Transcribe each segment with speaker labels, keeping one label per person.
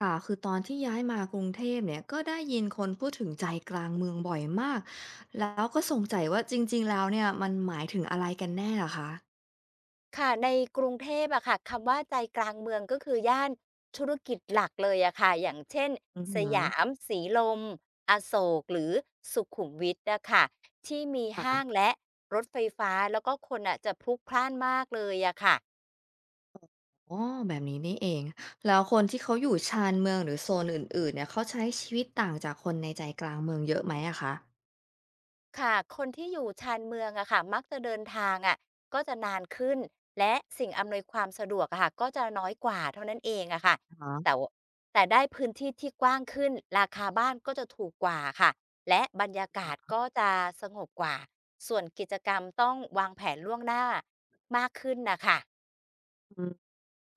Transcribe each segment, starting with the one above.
Speaker 1: ค่ะคือตอนที่ย้ายมากรุงเทพเนี่ยก็ได้ยินคนพูดถึงใจกลางเมืองบ่อยมากแล้วก็สงสัยว่าจริงๆแล้วเนี่ยมันหมายถึงอะไรกันแน่เหรคะ
Speaker 2: ค่ะในกรุงเทพอะค่ะคำว่าใจกลางเมืองก็คือย่านธุรกิจหลักเลยอะค่ะอย่างเช่น
Speaker 1: อือ
Speaker 2: ส
Speaker 1: หือ
Speaker 2: ยามสีลมอโศกหรือสุขุมวิทนะคะที่มีห้าง
Speaker 1: ค่ะ
Speaker 2: และรถไฟฟ้าแล้วก็คนอะจะพลุกพล่านมากเลยอะค่ะ
Speaker 1: อ๋อแบบนี้นี่เองแล้วคนที่เขาอยู่ชานเมืองหรือโซนอื่นๆเนี่ยเขาใช้ชีวิตต่างจากคนในใจกลางเมืองเยอะไหมอะคะ
Speaker 2: ค่ะคนที่อยู่ชานเมืองอะค่ะมักจะเดินทางอะก็จะนานขึ้น และสิ่งอำนวยความสะดวกอะค่ะก็จะน้อยกว่าเท่านั้นเองอะค่ะ
Speaker 1: อ๋
Speaker 2: แต่วแต่ได้พื้นที่ที่กว้างขึ้น ราคาบ้านก็จะถูกกว่าค่ะ และบรรยากาศ
Speaker 1: ฮะ
Speaker 2: ก็จะสงบกว่า ส่วนกิจกรรมต้องวางแผนล่วงหน้ามากขึ้นน่ะค่ะ
Speaker 1: อืม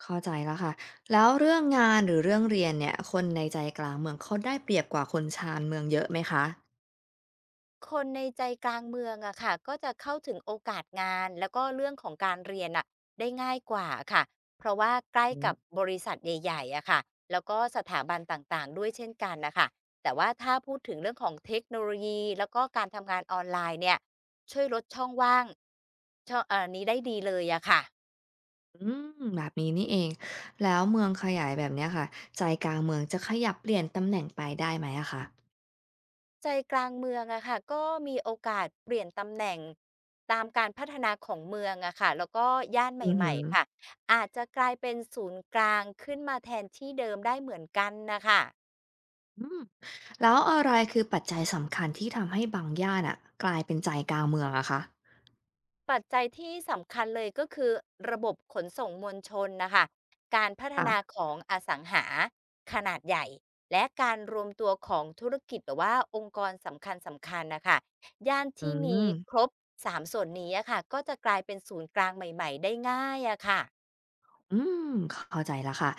Speaker 1: เข้าใจแล้วค่ะแล้วเรื่องงานหรือเรื่องเรียนเนี่ยคนในใจกลางเมืองเขาได้เปรียบกว่าคนชานเมืองเยอะไหมคะ
Speaker 2: คนในใจกลางเมืองอะค่ะก็จะเข้าถึงโอกาสงานแล้วก็เรื่องของการเรียนอะได้ง่ายกว่าค่ะเพราะว่าใกล้กับบริษัทใหญ่ๆอะค่ะแล้วก็สถาบันต่างๆด้วยเช่นกันนะคะแต่ว่าถ้าพูดถึงเรื่องของเทคโนโลยีแล้วก็การทำงานออนไลน์เนี่ยช่วยลดช่องว่างช่องนี้ได้ดีเลยอะค่ะ
Speaker 1: อืมแบบนี้นี่เองแล้วเมืองขยายแบบเนี้ยค่ะใจกลางเมืองจะขยับเปลี่ยนตำแหน่งไปได้ไหมอะคะ
Speaker 2: ใจกลางเมืองอะค่ะก็มีโอกาสเปลี่ยนตำแหน่งตามการพัฒนาของเมืองอะค่ะแล้วก็ย่าน
Speaker 1: อือ
Speaker 2: ให
Speaker 1: ฮึ
Speaker 2: ม่ๆค่ะอาจจะกลายเป็นศูนย์กลางขึ้นมาแทนที่เดิมได้เหมือนกันนะคะ
Speaker 1: อืมแล้วอะไรคือปัจจัยสำคัญที่ทำให้บางย่านน่ะกลายเป็นใจกลางเมืองอะคะ
Speaker 2: ปัจจัยที่สำคัญเลยก็คือระบบขนส่งมวลชนนะคะการพัฒนา
Speaker 1: ค่ะ
Speaker 2: ของอสังหาขนาดใหญ่และการรวมตัวของธุรกิจหรือว่าองค์กรสำคัญสำคัญนะคะย่าน
Speaker 1: อื
Speaker 2: ที่มี
Speaker 1: ม
Speaker 2: ครบสามส่วนนี้อะค่ะก็จะกลายเป็นศูนย์กลางใหม่ๆได้ง่ายอะค่ะ
Speaker 1: อืมเข้าใจแล้วค่ะ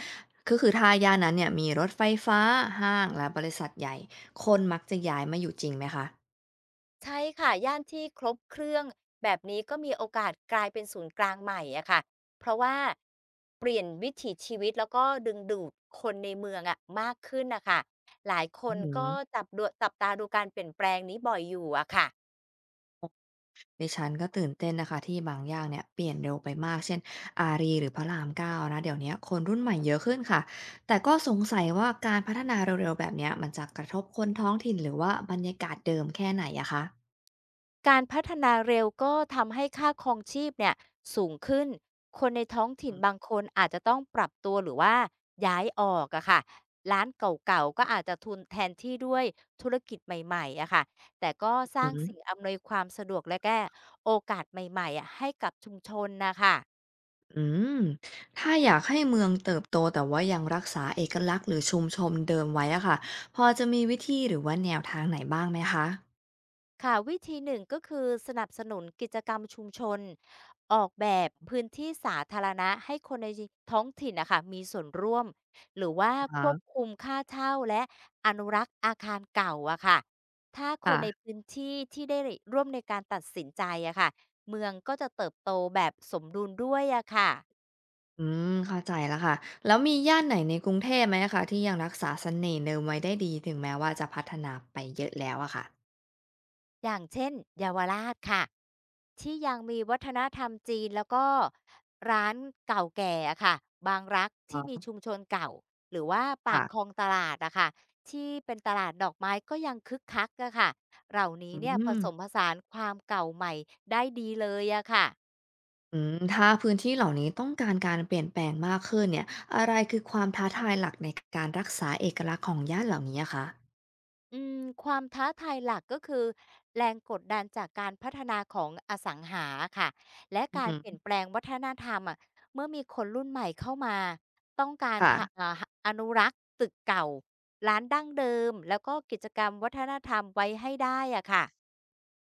Speaker 1: ก็คือถ้าย่านนั้นเนี่ยมีรถไฟฟ้าห้างและบริษัทใหญ่คนมักจะย้ายมาอยู่จริงไหมคะ
Speaker 2: ใช่ค่ะย่านที่ครบเครื่องแบบนี้ก็มีโอกาสกลายเป็นศูนย์กลางใหม่อะค่ะเพราะว่าเปลี่ยนวิถีชีวิตแล้วก็ดึงดูดคนในเมืองอะมากขึ้นนะคะหลายค
Speaker 1: อื
Speaker 2: น
Speaker 1: อฮึ
Speaker 2: ก็จับตาดูการเปลี่ยนแปลงนี้บ่อยอยู่อะค่ะ
Speaker 1: ดิฉันก็ตื่นเต้นนะคะที่บางอย่างเนี่ยเปลี่ยนเร็วไปมากเช่นอารีหรือพระรามเก้านะเดี๋ยวเนี้ยคนรุ่นใหม่เยอะขึ้นค่ะแต่ก็สงสัยว่าการพัฒนาเร็วๆแบบเนี้ยมันจะกระทบคนท้องถิ่นหรือว่าบรรยากาศเดิมแค่ไหนอะคะ
Speaker 2: การพัฒนาเร็วก็ทำให้ค่าครองชีพเนี่ยสูงขึ้น คนในท้องถิ่น
Speaker 1: อื
Speaker 2: บางคนอาจจะต้องปรับตัวหรือว่าย้ายออกอะค่ะร้านเก่าๆก็อาจจะทุนแทนที่ด้วยธุรกิจใหม่ๆอะค่ะแต่ก็สร้างสิ่ง
Speaker 1: ม
Speaker 2: อำนวยความสะดวกและแก้โอกาสใหม่ๆอะให้กับชุมชนนะคะ
Speaker 1: อืมถ้าอยากให้เมืองเติบโตแต่ว่ายังรักษาเอกลักษณ์หรือชุมชนเดิมไว้อะค่ะพอจะมีวิธีหรือว่าแนวทางไหนบ้างไหมคะ
Speaker 2: ค่ะวิธีหนึ่งก็คือสนับสนุนกิจกรรมชุมชนออกแบบพื้นที่สาธารณะให้คนในท้องถิ่นนะคะมีส่วนร่วมหรือว่า
Speaker 1: อ่า
Speaker 2: ควบคุมค่าเช่าและอนุรักษ์อาคารเก่าอะค่ะถ้าคนใน
Speaker 1: ค่ะ
Speaker 2: พื้นที่ที่ได้ร่วมในการตัดสินใจอะค่ะเมืองก็จะเติบโตแบบสมดุลด้วยอะค่ะ
Speaker 1: อืมเข้าใจแล้วค่ะแล้วมีย่านไหนในกรุงเทพไหมคะที่ยังรักษาเสน่ห์เดิมไว้ได้ดีถึงแม้ว่าจะพัฒนาไปเยอะแล้วอะค่ะ
Speaker 2: อย่างเช่นเยาวราชค่ะ ที่ยังมีวัฒนธรรมจีนแล้วก็ร้านเก่าแก่อะค่ะบางรัก
Speaker 1: อ๋
Speaker 2: ที่มี
Speaker 1: อ
Speaker 2: ชุมชนเก่าหรือว่าปา
Speaker 1: ค่ะ
Speaker 2: กคลองตลาดอะค่ะที่เป็นตลาดดอกไม้ก็ยังคึกคักอะค่ะเหล่านี้
Speaker 1: อื
Speaker 2: เนี่ยผ
Speaker 1: ม
Speaker 2: สมผสานความเก่าใหม่ได้ดีเลยอะค่ะ
Speaker 1: อืมถ้าพื้นที่เหล่านี้ต้องการการเปลี่ยนแปลงมากขึ้นเนี่ยอะไรคือความท้าทายหลักในการรักษาเอกลักษณ์ของย่านเหล่านี้อะคะ
Speaker 2: อืมความท้าทายหลักก็คือแรงกดดันจากการพัฒนาของอสังหาค่ะและ
Speaker 1: อือ
Speaker 2: การ
Speaker 1: ฮึ
Speaker 2: เปลี่ยนแปลงวัฒนธรรมอะเมื่อมีคนรุ่นใหม่เข้ามาต้องการ
Speaker 1: ค่ะ
Speaker 2: ทะอ่าอนุรักษ์ตึกเก่าร้านดั้งเดิมแล้วก็กิจกรรมวัฒนธรรมไว้ให้ได้อะค่ะ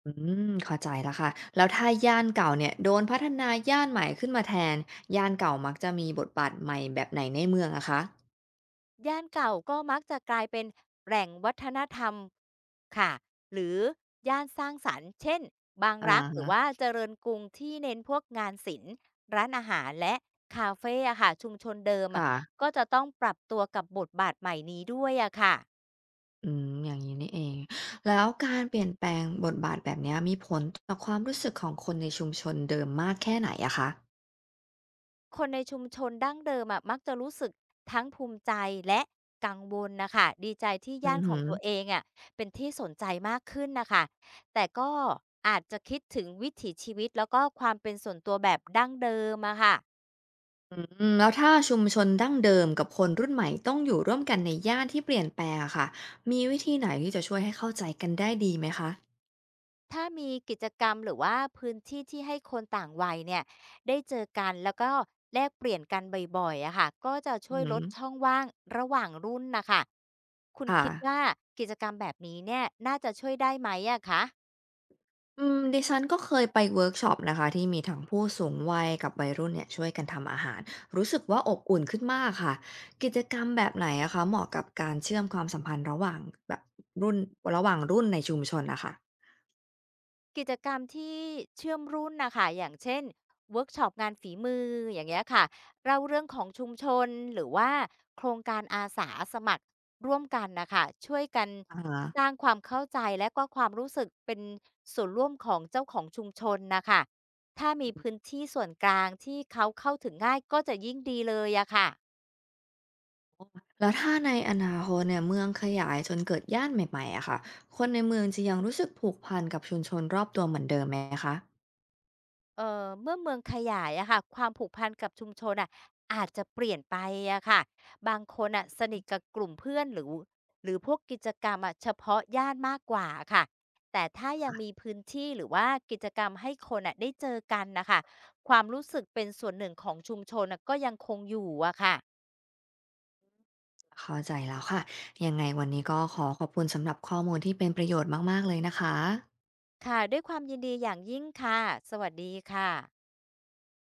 Speaker 1: อืมเข้าใจแล้วค่ะแล้วถ้าย่านเก่าเนี่ยโดนพัฒนาย่านใหม่ขึ้นมาแทนย่านเก่ามักจะมีบทบาทใหม่แบบไหนในเมืองอะคะ
Speaker 2: ย่านเก่าก็มักจะกลายเป็นแหล่งวัฒนธรรมค่ะหรือย่านสร้างสรรค์เช่นบาง
Speaker 1: อะ
Speaker 2: รักหรือ
Speaker 1: ฮะ
Speaker 2: ว่าเจริญกรุงที่เน้นพวกงานศิลป์ร้านอาหารและคาเฟ่อะค่ะชุมชนเดิมอะ
Speaker 1: ค่ะ
Speaker 2: ก็จะต้องปรับตัวกับบทบาทใหม่นี้ด้วยอะค่ะ
Speaker 1: อืมอย่างนี้นี่เองแล้วการเปลี่ยนแปลงบทบาทแบบเนี้ยมีผลต่อความรู้สึกของคนในชุมชนเดิมมากแค่ไหนอะคะ
Speaker 2: คนในชุมชนดั้งเดิมอะมักจะรู้สึกทั้งภูมิใจและกังวลนะคะดีใจที่
Speaker 1: อื
Speaker 2: ย่า
Speaker 1: อ
Speaker 2: นข
Speaker 1: ฮึ
Speaker 2: องตัวเองอะเป็นที่สนใจมากขึ้นนะคะแต่ก็อาจจะคิดถึงวิถีชีวิตแล้วก็ความเป็นส่วนตัวแบบดั้งเดิมอะค่ะ
Speaker 1: อืมแล้วถ้าชุมชนดั้งเดิมกับคนรุ่นใหม่ต้องอยู่ร่วมกันในย่านที่เปลี่ยนแปลงอะค่ะมีวิธีไหนที่จะช่วยให้เข้าใจกันได้ดีไหมคะ
Speaker 2: ถ้ามีกิจกรรมหรือว่าพื้นที่ที่ให้คนต่างวัยเนี่ยได้เจอกันแล้วก็แลกเปลี่ยนกันบ่อยๆอะค่ะก็จะ
Speaker 1: อื
Speaker 2: ช่
Speaker 1: อ
Speaker 2: วย
Speaker 1: ฮึ
Speaker 2: ลดช่องว่างระหว่างรุ่นนะคะคุณ
Speaker 1: ค่ะ
Speaker 2: คิดว่ากิจกรรมแบบนี้เนี่ยน่าจะช่วยได้ไหมอะคะ
Speaker 1: อืมดิฉันก็เคยไปเวิร์กช็อปนะคะที่มีทั้งผู้สูงวัยกับวัยรุ่นเนี่ยช่วยกันทำอาหารรู้สึกว่าอบอุ่นขึ้นมากค่ะกิจกรรมแบบไหนอะคะเหมาะกับการเชื่อมความสัมพันธ์ระหว่างแบบรุ่นระหว่างรุ่นในชุมชนนะคะ
Speaker 2: กิจกรรมที่เชื่อมรุ่นนะค่ะอย่างเช่นเวิร์กช็อปงานฝีมืออย่างเงี้ยค่ะเล่าเรื่องของชุมชนหรือว่าโครงการอาสาสมัครร่วมกันนะคะช่วยกัน
Speaker 1: อ่าฮะ
Speaker 2: สร้างความเข้าใจและก็ความรู้สึกเป็นส่วนร่วมของเจ้าของชุมชนนะคะถ้ามีพื้นที่ส่วนกลางที่เขาเข้าถึงง่ายก็จะยิ่งดีเลยอะค่ะ
Speaker 1: แล้วถ้าในอนาคตเนี่ยเมืองขยายจนเกิดย่านใหม่ๆอะค่ะคนในเมืองจะยังรู้สึกผูกพันกับชุมชนรอบตัวเหมือนเดิมไหมคะ
Speaker 2: เมื่อเมืองขยายอะค่ะความผูกพันกับชุมชนอะอาจจะเปลี่ยนไปอะค่ะบางคนอะสนิทกับกลุ่มเพื่อนหรือพวกกิจกรรมอะเฉพาะย่านมากกว่าค่ะแต่ถ้ายังมีพื้นที่หรือว่ากิจกรรมให้คนอะได้เจอกันนะคะความรู้สึกเป็นส่วนหนึ่งของชุมชนอะก็ยังคงอยู่อะค่ะ
Speaker 1: เข้าใจแล้วค่ะยังไงวันนี้ก็ขอขอบคุณสำหรับข้อมูลที่เป็นประโยชน์มากๆเลยนะคะ
Speaker 2: ค่ะด้วยความยินดีอย่างยิ่งค่ะสวัสดีค่ะ